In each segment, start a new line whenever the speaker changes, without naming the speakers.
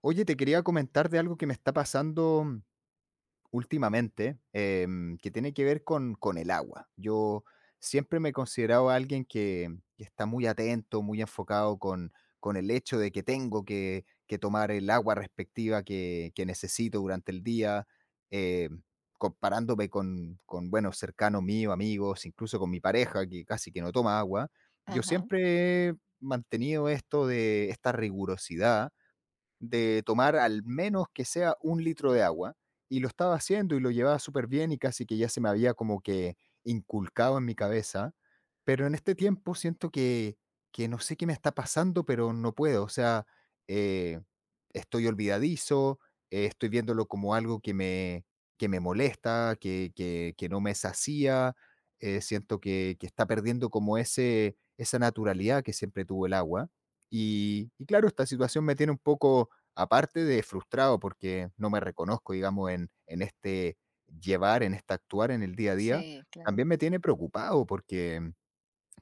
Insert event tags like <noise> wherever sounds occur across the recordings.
Oye, te quería comentar de algo que me está pasando últimamente, que tiene que ver con el agua. Yo siempre me he considerado alguien que está muy atento, muy enfocado con el hecho de que tengo que tomar el agua respectiva que necesito durante el día, eh, comparándome con, bueno, cercanos míos, amigos, incluso con mi pareja, que casi que no toma agua. Yo
Ajá,
siempre he mantenido esto de esta rigurosidad de tomar al menos que sea un litro de agua, y lo estaba haciendo y lo llevaba súper bien y casi que ya se me había como que inculcado en mi cabeza, pero en este tiempo siento que no sé qué me está pasando, pero no puedo, o sea, eh, estoy olvidadizo, estoy viéndolo como algo que me molesta, que no me sacía, siento que está perdiendo como esa naturalidad que siempre tuvo el agua. Y claro, esta situación me tiene un poco aparte de frustrado porque no me reconozco, digamos, en este llevar, en este actuar en el día a día,
sí, claro,
también me tiene preocupado porque,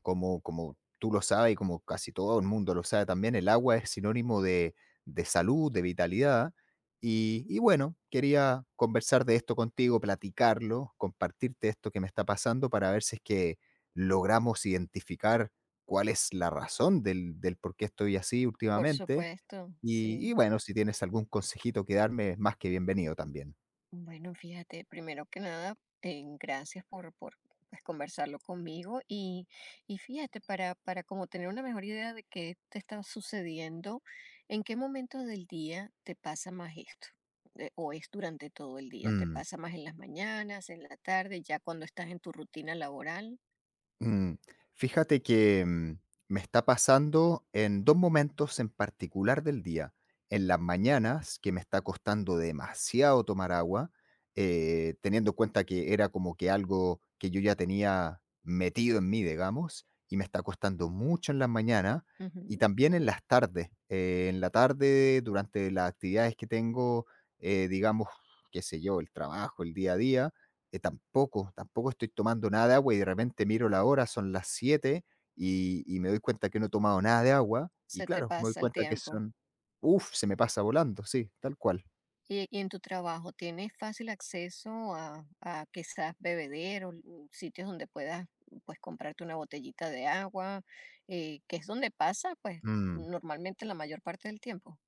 como tú lo sabes y como casi todo el mundo lo sabe también, el agua es sinónimo de salud, de vitalidad. Y bueno, quería conversar de esto contigo, platicarlo, compartirte esto que me está pasando para ver si es que logramos identificar cuál es la razón del por qué estoy así
por
últimamente
supuesto,
y
sí.
bueno, si tienes algún consejito que darme, más que bienvenido también.
Bueno, fíjate, primero que nada, gracias por pues, conversarlo conmigo y fíjate, para como tener una mejor idea de qué te está sucediendo, ¿en qué momento del día te pasa más esto? ¿O es durante todo el día? ¿Te
Mm.
pasa más en las mañanas, en la tarde, ya cuando estás en tu rutina laboral?
Mm, Fíjate que me está pasando en dos momentos en particular del día. En las mañanas, que me está costando demasiado tomar agua, teniendo en cuenta que era como que algo que yo ya tenía metido en mí, digamos, y me está costando mucho en las mañanas. Y
Ujú.
también en las tardes. En la tarde, durante las actividades que tengo, digamos, qué sé yo, el trabajo, el día a día tampoco estoy tomando nada de agua y de repente miro la hora, son las 7 y me doy cuenta que no he tomado nada de agua y
¿Se te
claro, me doy
pasa el
cuenta que
tiempo?
son, uff, se me pasa volando, sí, tal cual.
Y en tu trabajo, ¿tienes fácil acceso a quizás bebederos, sitios donde puedas pues comprarte una botellita de agua, que es donde pasa pues
Mm.
normalmente la mayor parte del tiempo?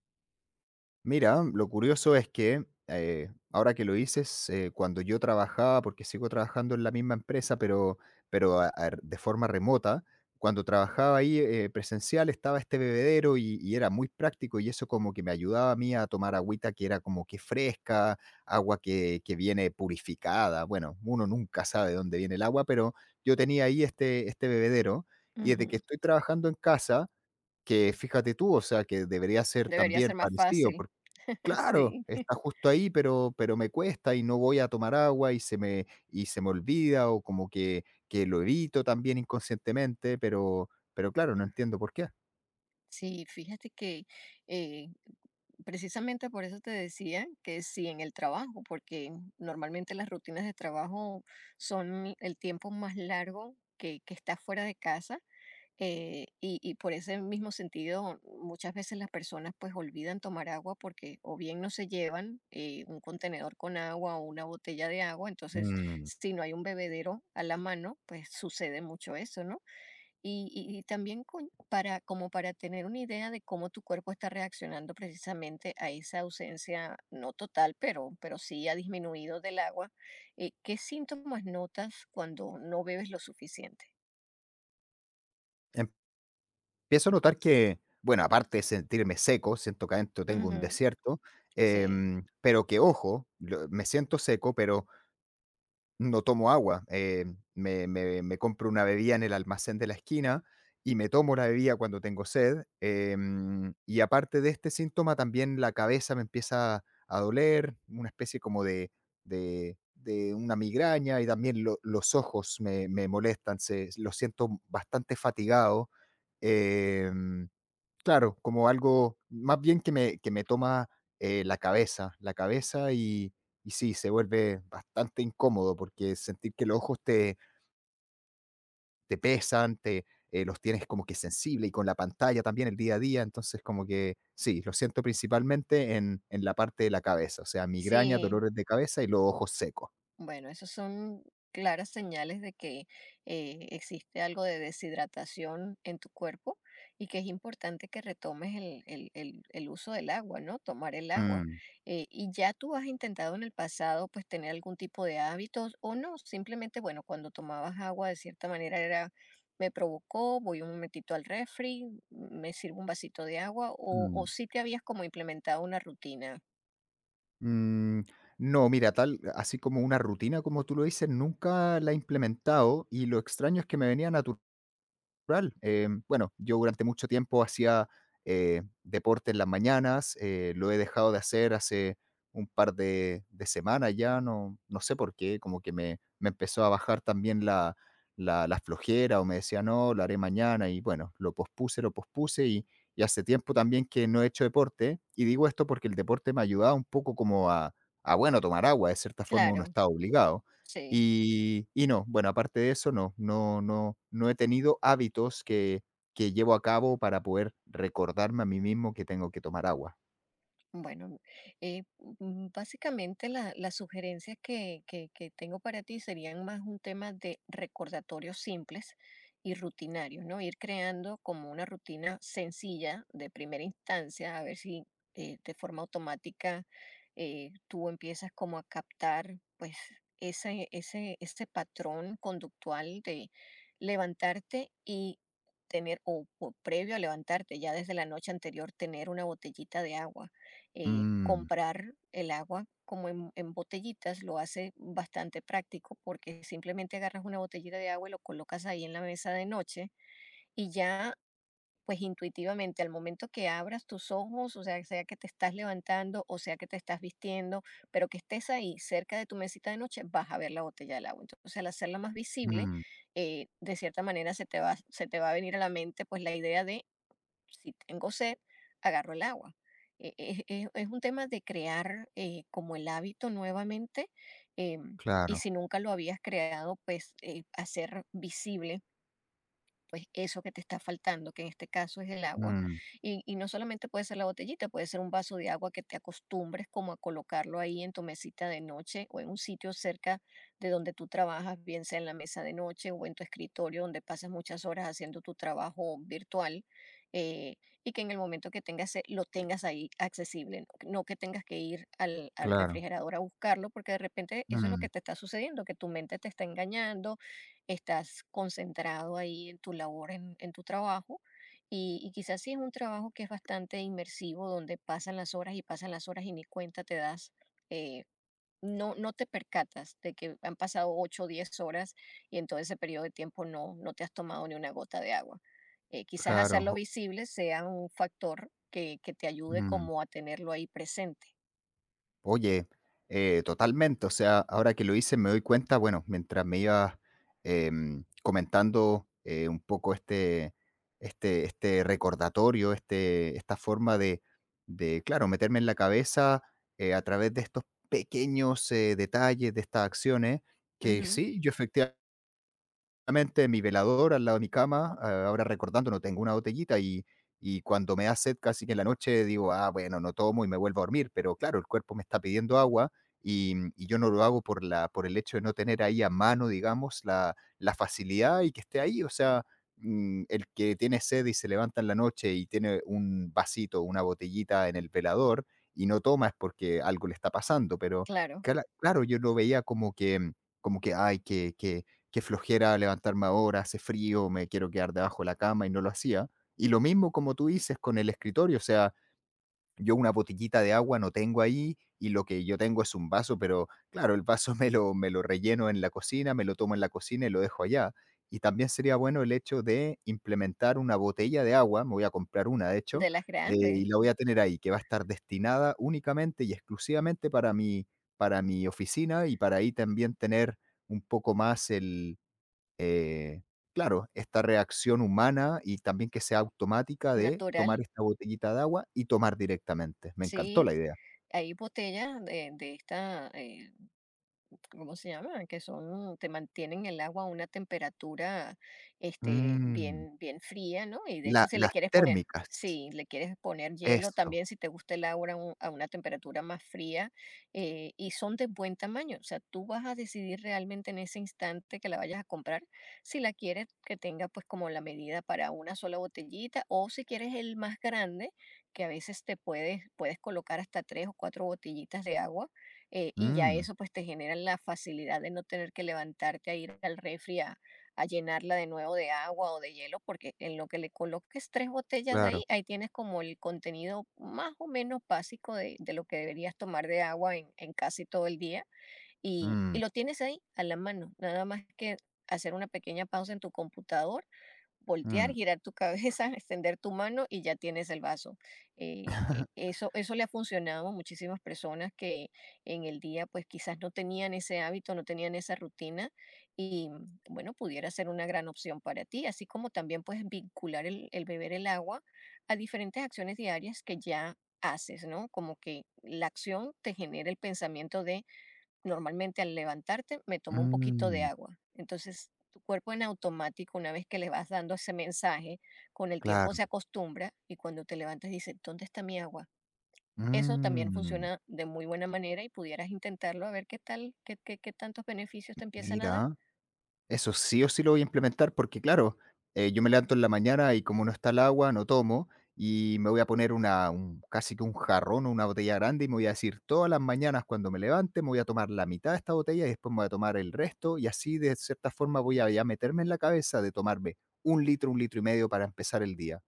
Mira, lo curioso es que, ahora que lo dices, cuando yo trabajaba, porque sigo trabajando en la misma empresa, pero de forma remota, cuando trabajaba ahí presencial, estaba este bebedero y era muy práctico, y eso como que me ayudaba a mí a tomar agüita que era como que fresca, agua que viene purificada. Bueno, uno nunca sabe dónde viene el agua, pero yo tenía ahí este bebedero, y desde que
Ujú.
estoy trabajando en casa, que fíjate tú, o sea, que debería ser
Debería
también
ser más
parecido.
fácil. <laughs>
Claro,
Sí,
está justo ahí, pero me cuesta y no voy a tomar agua y se me olvida, o como que lo evito también inconscientemente, pero claro, no entiendo por qué.
sí, fíjate que eh, precisamente por eso te decía que sí en el trabajo, porque normalmente las rutinas de trabajo son el tiempo más largo que estás fuera de casa. Y, y por ese mismo sentido, muchas veces las personas pues olvidan tomar agua porque o bien no se llevan un contenedor con agua o una botella de agua, entonces
Mm,
si no hay un bebedero a la mano, pues sucede mucho eso, ¿no? Y, y también para, como para tener una idea de cómo tu cuerpo está reaccionando precisamente a esa ausencia, no total, pero sí ha disminuido del agua, ¿qué síntomas notas cuando no bebes lo suficiente?
Empiezo a notar que, bueno, aparte de sentirme seco, siento que adentro tengo un
Ujú,
desierto,
sí.
pero que ojo, lo me siento seco, pero no tomo agua, me compro una bebida en el almacén de la esquina y me tomo la bebida cuando tengo sed, y aparte de este síntoma, también la cabeza me empieza a doler, una especie como de una migraña, y también lo los ojos me molestan, se los siento bastante fatigado. em, Claro, como algo más bien que me toma, la cabeza, la cabeza, y sí, se vuelve bastante incómodo, porque sentir que los ojos te pesan, te los tienes como que sensible y con la pantalla también el día a día, entonces como que sí, lo siento principalmente en la parte de la cabeza, o sea, migraña,
Sí,
dolores de cabeza y los ojos secos.
bueno, esos son claras señales de que existe algo de deshidratación en tu cuerpo y que es importante que retomes el, el uso del agua, ¿no? Tomar el agua.
Mm,
Y ya tú has intentado en el pasado, pues, tener algún tipo de hábitos o no, simplemente, bueno, cuando tomabas agua de cierta manera era, me provocó, voy un momentito al refri, me sirvo un vasito de agua o
mm,
sí te habías como implementado una rutina.
mm, no, mira, tal así como una rutina, como tú lo dices, nunca la he implementado y lo extraño es que me venía natural, natural. Bueno, yo durante mucho tiempo hacía deporte en las mañanas, lo he dejado de hacer hace un par de semanas ya, no, no sé por qué, como que me empezó a bajar también la flojera, o me decía: "No, lo haré mañana", y bueno, lo pospuse, lo pospuse, y hace tiempo también que no he hecho deporte. Y digo esto porque el deporte me ayudaba un poco como a bueno, tomar agua, de cierta forma uno
Claro,
está obligado.
sí.
Y no, bueno, aparte de eso, no, no he tenido hábitos que llevo a cabo para poder recordarme a mí mismo que tengo que tomar agua.
Bueno, eh, básicamente las sugerencias que, que tengo para ti serían más un tema de recordatorios simples y rutinarios, ¿no? Ir creando como una rutina sencilla de primera instancia, a ver si de forma automática tú empiezas como a captar pues ese patrón conductual de levantarte y tener, o previo a levantarte, ya desde la noche anterior, tener una botellita de agua,
Mm,
comprar el agua como en botellitas lo hace bastante práctico porque simplemente agarras una botellita de agua y lo colocas ahí en la mesa de noche y ya pues intuitivamente al momento que abras tus ojos, o sea, sea que te estás levantando o sea que te estás vistiendo, pero que estés ahí cerca de tu mesita de noche, vas a ver la botella del agua. Entonces, al hacerla más visible,
mm,
de cierta manera se te va a venir a la mente pues la idea de si tengo sed, agarro el agua. Es un tema de crear como el hábito nuevamente, em, y
claro.
si nunca lo habías creado, pues hacer visible pues eso que te está faltando, que en este caso es el agua.
Mm,
Y no solamente puede ser la botellita, puede ser un vaso de agua que te acostumbres como a colocarlo ahí en tu mesita de noche o en un sitio cerca de donde tú trabajas, bien sea en la mesa de noche o en tu escritorio donde pasas muchas horas haciendo tu trabajo virtual, eh, y que en el momento que tengas lo tengas ahí accesible, no, no que tengas que ir al, al
claro.
refrigerador a buscarlo porque de repente eso es lo
Mm,
que te está sucediendo, que tu mente te está engañando, estás concentrado ahí en tu labor, en tu trabajo, y quizás sí es un trabajo que es bastante inmersivo, donde pasan las horas y pasan las horas y ni cuenta te das, eh, no, no te percatas de que han pasado 8 o 10 horas y en todo ese periodo de tiempo no, no te has tomado ni una gota de agua. Quizás
claro.
hacerlo
O
visible sea un factor que te ayude
mm.
como a tenerlo ahí presente.
Oye, totalmente. O sea, ahora que lo hice me doy cuenta, bueno, mientras me ibas comentando un poco este recordatorio, esta forma de, claro, meterme en la cabeza a través de estos pequeños detalles, de estas acciones, que
Ujú,
sí, yo efectivamente mi velador al lado de mi cama, ah, ahora recordando, no tengo una botellita, y cuando me da sed casi que en la noche digo: "Ah, bueno, no tomo y me vuelvo a dormir", pero claro, el cuerpo me está pidiendo agua y yo no lo hago por la por el hecho de no tener ahí a mano, digamos, la facilidad y que esté ahí, o sea, el que tiene sed y se levanta en la noche y tiene un vasito, una botellita en el velador y no toma, es porque algo le está pasando. Pero
claro,
cala claro, yo lo veía como que como que: "Ay, que qué flojera levantarme ahora, hace frío, me quiero quedar debajo de la cama", y no lo hacía. Y lo mismo como tú dices con el escritorio, o sea, yo una botellita de agua no tengo ahí, y lo que yo tengo es un vaso, pero claro, el vaso <laughs> me lo relleno en la cocina, me lo tomo en la cocina y lo dejo allá. Y también sería bueno el hecho de implementar una botella de agua, me voy a comprar una de hecho,
de las grandes,
y la voy a tener ahí, que va a estar destinada únicamente y exclusivamente para mi, oficina, y para ahí también tener un poco más el, eh, claro, esta reacción humana y también que sea automática de
natural,
tomar esta botellita de agua y tomar directamente. Me encantó
sí.
la idea.
Hay botellas de esta, ¿cómo se llama? Que son, te mantienen el agua a una temperatura, este,
Mm,
bien, bien fría, ¿no? Y de hecho,
la
si le
las
quieres poner,
térmicas,
si le quieres poner hielo
eso.
también, si te gusta el agua a a una temperatura más fría, y son de buen tamaño. O sea, tú vas a decidir realmente en ese instante que la vayas a comprar, si la quieres que tenga pues como la medida para una sola botellita, o si quieres el más grande, que a veces te puedes, puedes colocar hasta tres o cuatro botellitas de agua, y ya
Mm,
eso pues te genera la facilidad de no tener que levantarte a ir al refri a llenarla de nuevo de agua o de hielo, porque en lo que le coloques tres botellas
claro.
ahí, ahí tienes como el contenido más o menos básico de lo que deberías tomar de agua en casi todo el día
Mm,
y lo tienes ahí a la mano, nada más que hacer una pequeña pausa en tu computador, voltear,
mm.
girar tu cabeza, <laughs> extender tu mano y ya tienes el vaso.
<laughs>
Eso, eso le ha funcionado a muchísimas personas que en el día pues quizás no tenían ese hábito, no tenían esa rutina y bueno, pudiera ser una gran opción para ti, así como también puedes vincular el beber el agua a diferentes acciones diarias que ya haces, ¿no? Como que la acción te genera el pensamiento de normalmente al levantarte me tomo un poquito de
Mm,
agua. Entonces, tu cuerpo en automático, una vez que le vas dando ese mensaje, con el tiempo
claro.
se acostumbra y cuando te levantas dice, ¿dónde está mi agua? Eso también
Mm,
funciona de muy buena manera y pudieras intentarlo a ver qué tal, qué, qué, qué tantos beneficios te empiezan a dar.
Mira, eso sí o sí lo voy a implementar porque, claro, yo me levanto en la mañana y como no está el agua, no tomo, y me voy a poner casi que un jarrón o una botella grande, y me voy a decir todas las mañanas cuando me levante: me voy a tomar la mitad de esta botella y después me voy a tomar el resto, y así de cierta forma voy a ya meterme en la cabeza de tomarme un litro y medio para empezar el día.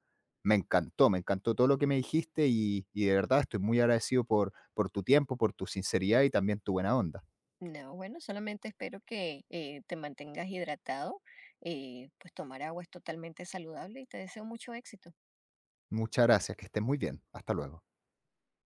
Me encantó todo lo que me dijiste, y de verdad estoy muy agradecido por tu tiempo, por tu sinceridad y también tu buena onda.
No, bueno, solamente espero que te mantengas hidratado. Pues tomar agua es totalmente saludable y te deseo mucho éxito.
Muchas gracias, que estés muy bien. Hasta luego.